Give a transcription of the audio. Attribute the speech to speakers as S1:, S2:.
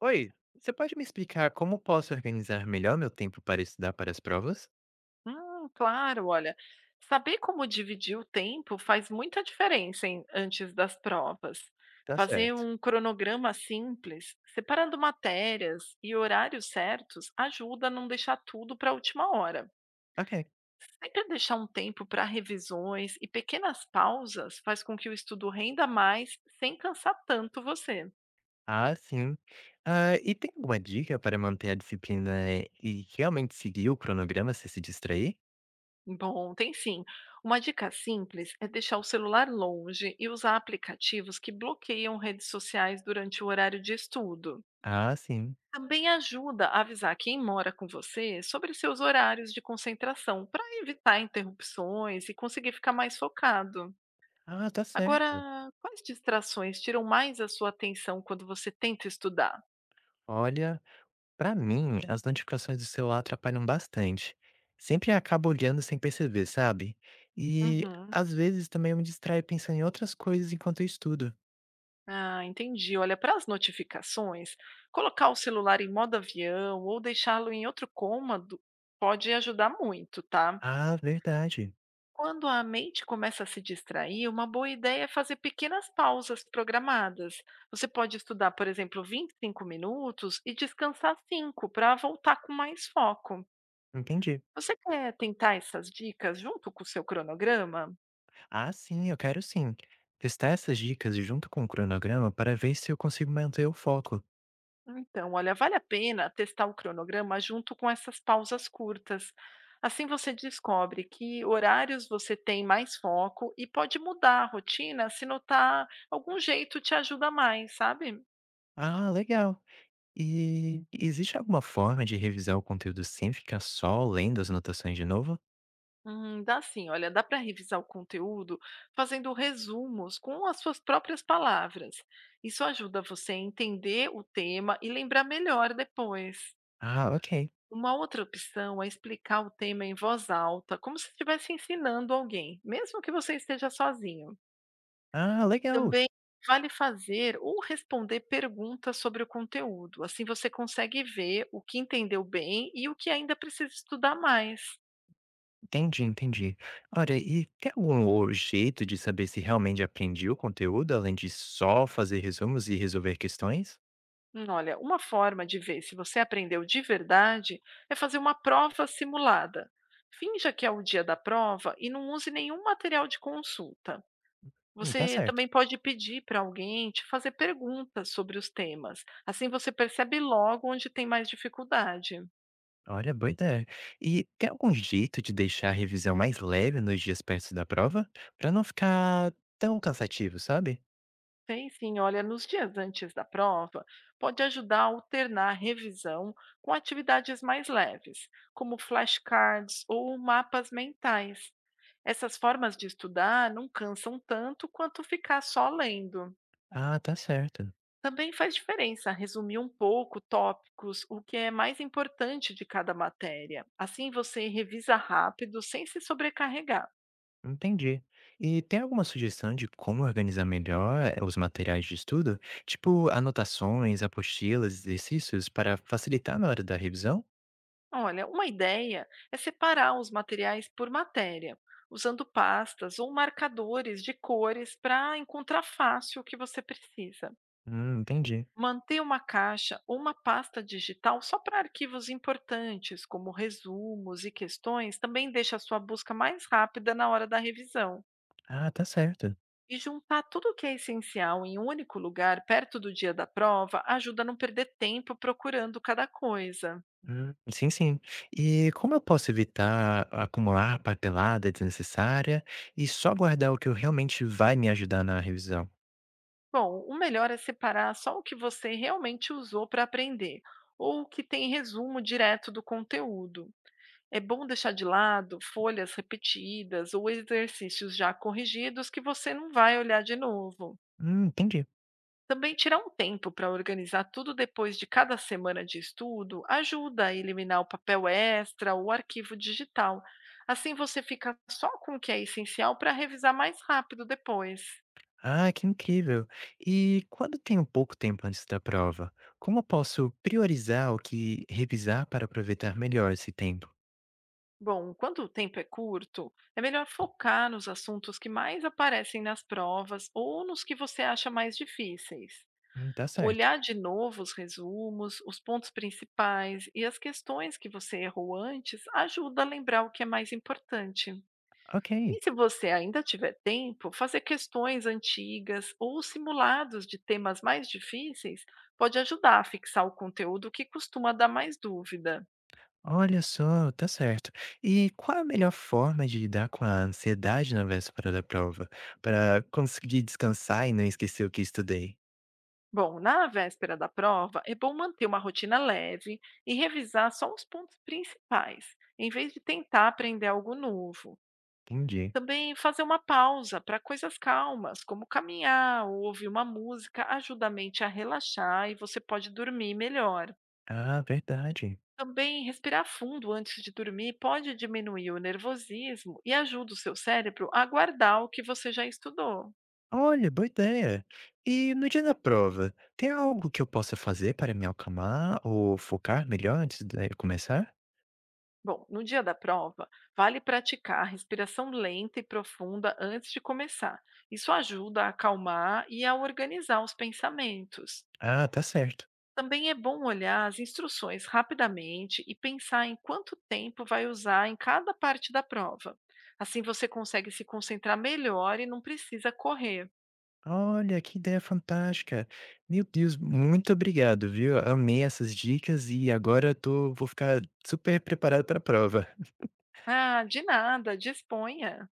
S1: Oi, você pode me explicar como posso organizar melhor meu tempo para estudar para as provas?
S2: Claro, olha, saber como dividir o tempo faz muita diferença antes das provas.
S1: Tá
S2: Fazer
S1: certo.
S2: um cronograma simples, separando matérias e horários certos, ajuda a não deixar tudo para a última hora.
S1: Ok.
S2: Sempre deixar um tempo para revisões e pequenas pausas faz com que o estudo renda mais sem cansar tanto você.
S1: Ah, sim. Ah, e tem alguma dica para manter a disciplina e realmente seguir o cronograma sem se distrair?
S2: Bom, tem sim. Uma dica simples é deixar o celular longe e usar aplicativos que bloqueiam redes sociais durante o horário de estudo.
S1: Ah, sim.
S2: Também ajuda a avisar quem mora com você sobre seus horários de concentração, para evitar interrupções e conseguir ficar mais focado.
S1: Ah, tá certo.
S2: Agora, quais distrações tiram mais a sua atenção quando você tenta estudar?
S1: Olha, pra mim, as notificações do celular atrapalham bastante. Sempre acabo olhando sem perceber, sabe? E
S2: Uhum.
S1: às vezes também eu me distraio pensando em outras coisas enquanto eu estudo.
S2: Ah, entendi. Olha, para as notificações, colocar o celular em modo avião ou deixá-lo em outro cômodo pode ajudar muito, tá?
S1: Ah, verdade.
S2: Quando a mente começa a se distrair, uma boa ideia é fazer pequenas pausas programadas. Você pode estudar, por exemplo, 25 minutos e descansar 5 para voltar com mais foco.
S1: Entendi.
S2: Você quer tentar essas dicas junto com o seu cronograma?
S1: Ah, sim, eu quero sim. Testar essas dicas junto com o cronograma para ver se eu consigo manter o foco.
S2: Então, olha, vale a pena testar o cronograma junto com essas pausas curtas. Assim você descobre que horários você tem mais foco e pode mudar a rotina se notar algum jeito te ajuda mais, sabe?
S1: Ah, legal. E existe alguma forma de revisar o conteúdo sem ficar só lendo as anotações de novo?
S2: Dá sim, olha, dá para revisar o conteúdo fazendo resumos com as suas próprias palavras. Isso ajuda você a entender o tema e lembrar melhor depois.
S1: Ah, ok.
S2: Uma outra opção é explicar o tema em voz alta, como se estivesse ensinando alguém, mesmo que você esteja sozinho.
S1: Ah, legal.
S2: Também vale fazer ou responder perguntas sobre o conteúdo, assim você consegue ver o que entendeu bem e o que ainda precisa estudar mais.
S1: Entendi, entendi. Olha, e tem algum jeito de saber se realmente aprendi o conteúdo, além de só fazer resumos e resolver questões?
S2: Olha, uma forma de ver se você aprendeu de verdade é fazer uma prova simulada. Finja que é o dia da prova e não use nenhum material de consulta.
S1: Tá
S2: Você
S1: certo.
S2: também pode pedir para alguém te fazer perguntas sobre os temas. Assim você percebe logo onde tem mais dificuldade.
S1: Olha, boa ideia. E tem algum jeito de deixar a revisão mais leve nos dias perto da prova? Pra não ficar tão cansativo, sabe?
S2: Tem sim, olha, nos dias antes da prova, pode ajudar a alternar a revisão com atividades mais leves, como flashcards ou mapas mentais. Essas formas de estudar não cansam tanto quanto ficar só lendo.
S1: Ah, tá certo.
S2: Também faz diferença resumir um pouco tópicos, o que é mais importante de cada matéria. Assim você revisa rápido, sem se sobrecarregar.
S1: Entendi. E tem alguma sugestão de como organizar melhor os materiais de estudo? Tipo, anotações, apostilas, exercícios, para facilitar na hora da revisão?
S2: Olha, uma ideia é separar os materiais por matéria, usando pastas ou marcadores de cores para encontrar fácil o que você precisa.
S1: Entendi.
S2: Manter uma caixa ou uma pasta digital só para arquivos importantes, como resumos e questões, também deixa a sua busca mais rápida na hora da revisão.
S1: Ah, tá certo.
S2: E juntar tudo o que é essencial em um único lugar, perto do dia da prova, ajuda a não perder tempo procurando cada coisa.
S1: Sim, sim. E como eu posso evitar acumular papelada desnecessária e só guardar o que eu realmente vai me ajudar na revisão?
S2: Bom, o melhor é separar só o que você realmente usou para aprender, ou o que tem resumo direto do conteúdo. É bom deixar de lado folhas repetidas ou exercícios já corrigidos que você não vai olhar de novo.
S1: Entendi.
S2: Também tirar um tempo para organizar tudo depois de cada semana de estudo ajuda a eliminar o papel extra ou o arquivo digital. Assim você fica só com o que é essencial para revisar mais rápido depois.
S1: Ah, que incrível. E quando tenho pouco tempo antes da prova, como eu posso priorizar o que revisar para aproveitar melhor esse tempo?
S2: Bom, quando o tempo é curto, é melhor focar nos assuntos que mais aparecem nas provas ou nos que você acha mais difíceis.
S1: Tá certo.
S2: Olhar de novo os resumos, os pontos principais e as questões que você errou antes ajuda a lembrar o que é mais importante.
S1: Ok.
S2: E se você ainda tiver tempo, fazer questões antigas ou simulados de temas mais difíceis pode ajudar a fixar o conteúdo que costuma dar mais dúvida.
S1: Olha só, tá certo. E qual é a melhor forma de lidar com a ansiedade na véspera da prova, para conseguir descansar e não esquecer o que estudei?
S2: Bom, na véspera da prova, é bom manter uma rotina leve e revisar só os pontos principais, em vez de tentar aprender algo novo.
S1: Entendi.
S2: Também fazer uma pausa para coisas calmas, como caminhar ou ouvir uma música, ajuda a mente a relaxar e você pode dormir melhor.
S1: Ah, verdade.
S2: Também respirar fundo antes de dormir pode diminuir o nervosismo e ajuda o seu cérebro a guardar o que você já estudou.
S1: Olha, boa ideia. E no dia da prova, tem algo que eu possa fazer para me acalmar ou focar melhor antes de começar?
S2: Bom, no dia da prova, vale praticar a respiração lenta e profunda antes de começar. Isso ajuda a acalmar e a organizar os pensamentos.
S1: Ah, tá certo.
S2: Também é bom olhar as instruções rapidamente e pensar em quanto tempo vai usar em cada parte da prova. Assim você consegue se concentrar melhor e não precisa correr.
S1: Olha, que ideia fantástica. Meu Deus, muito obrigado, viu? Amei essas dicas e agora eu vou ficar super preparado para a prova.
S2: Ah, de nada, disponha.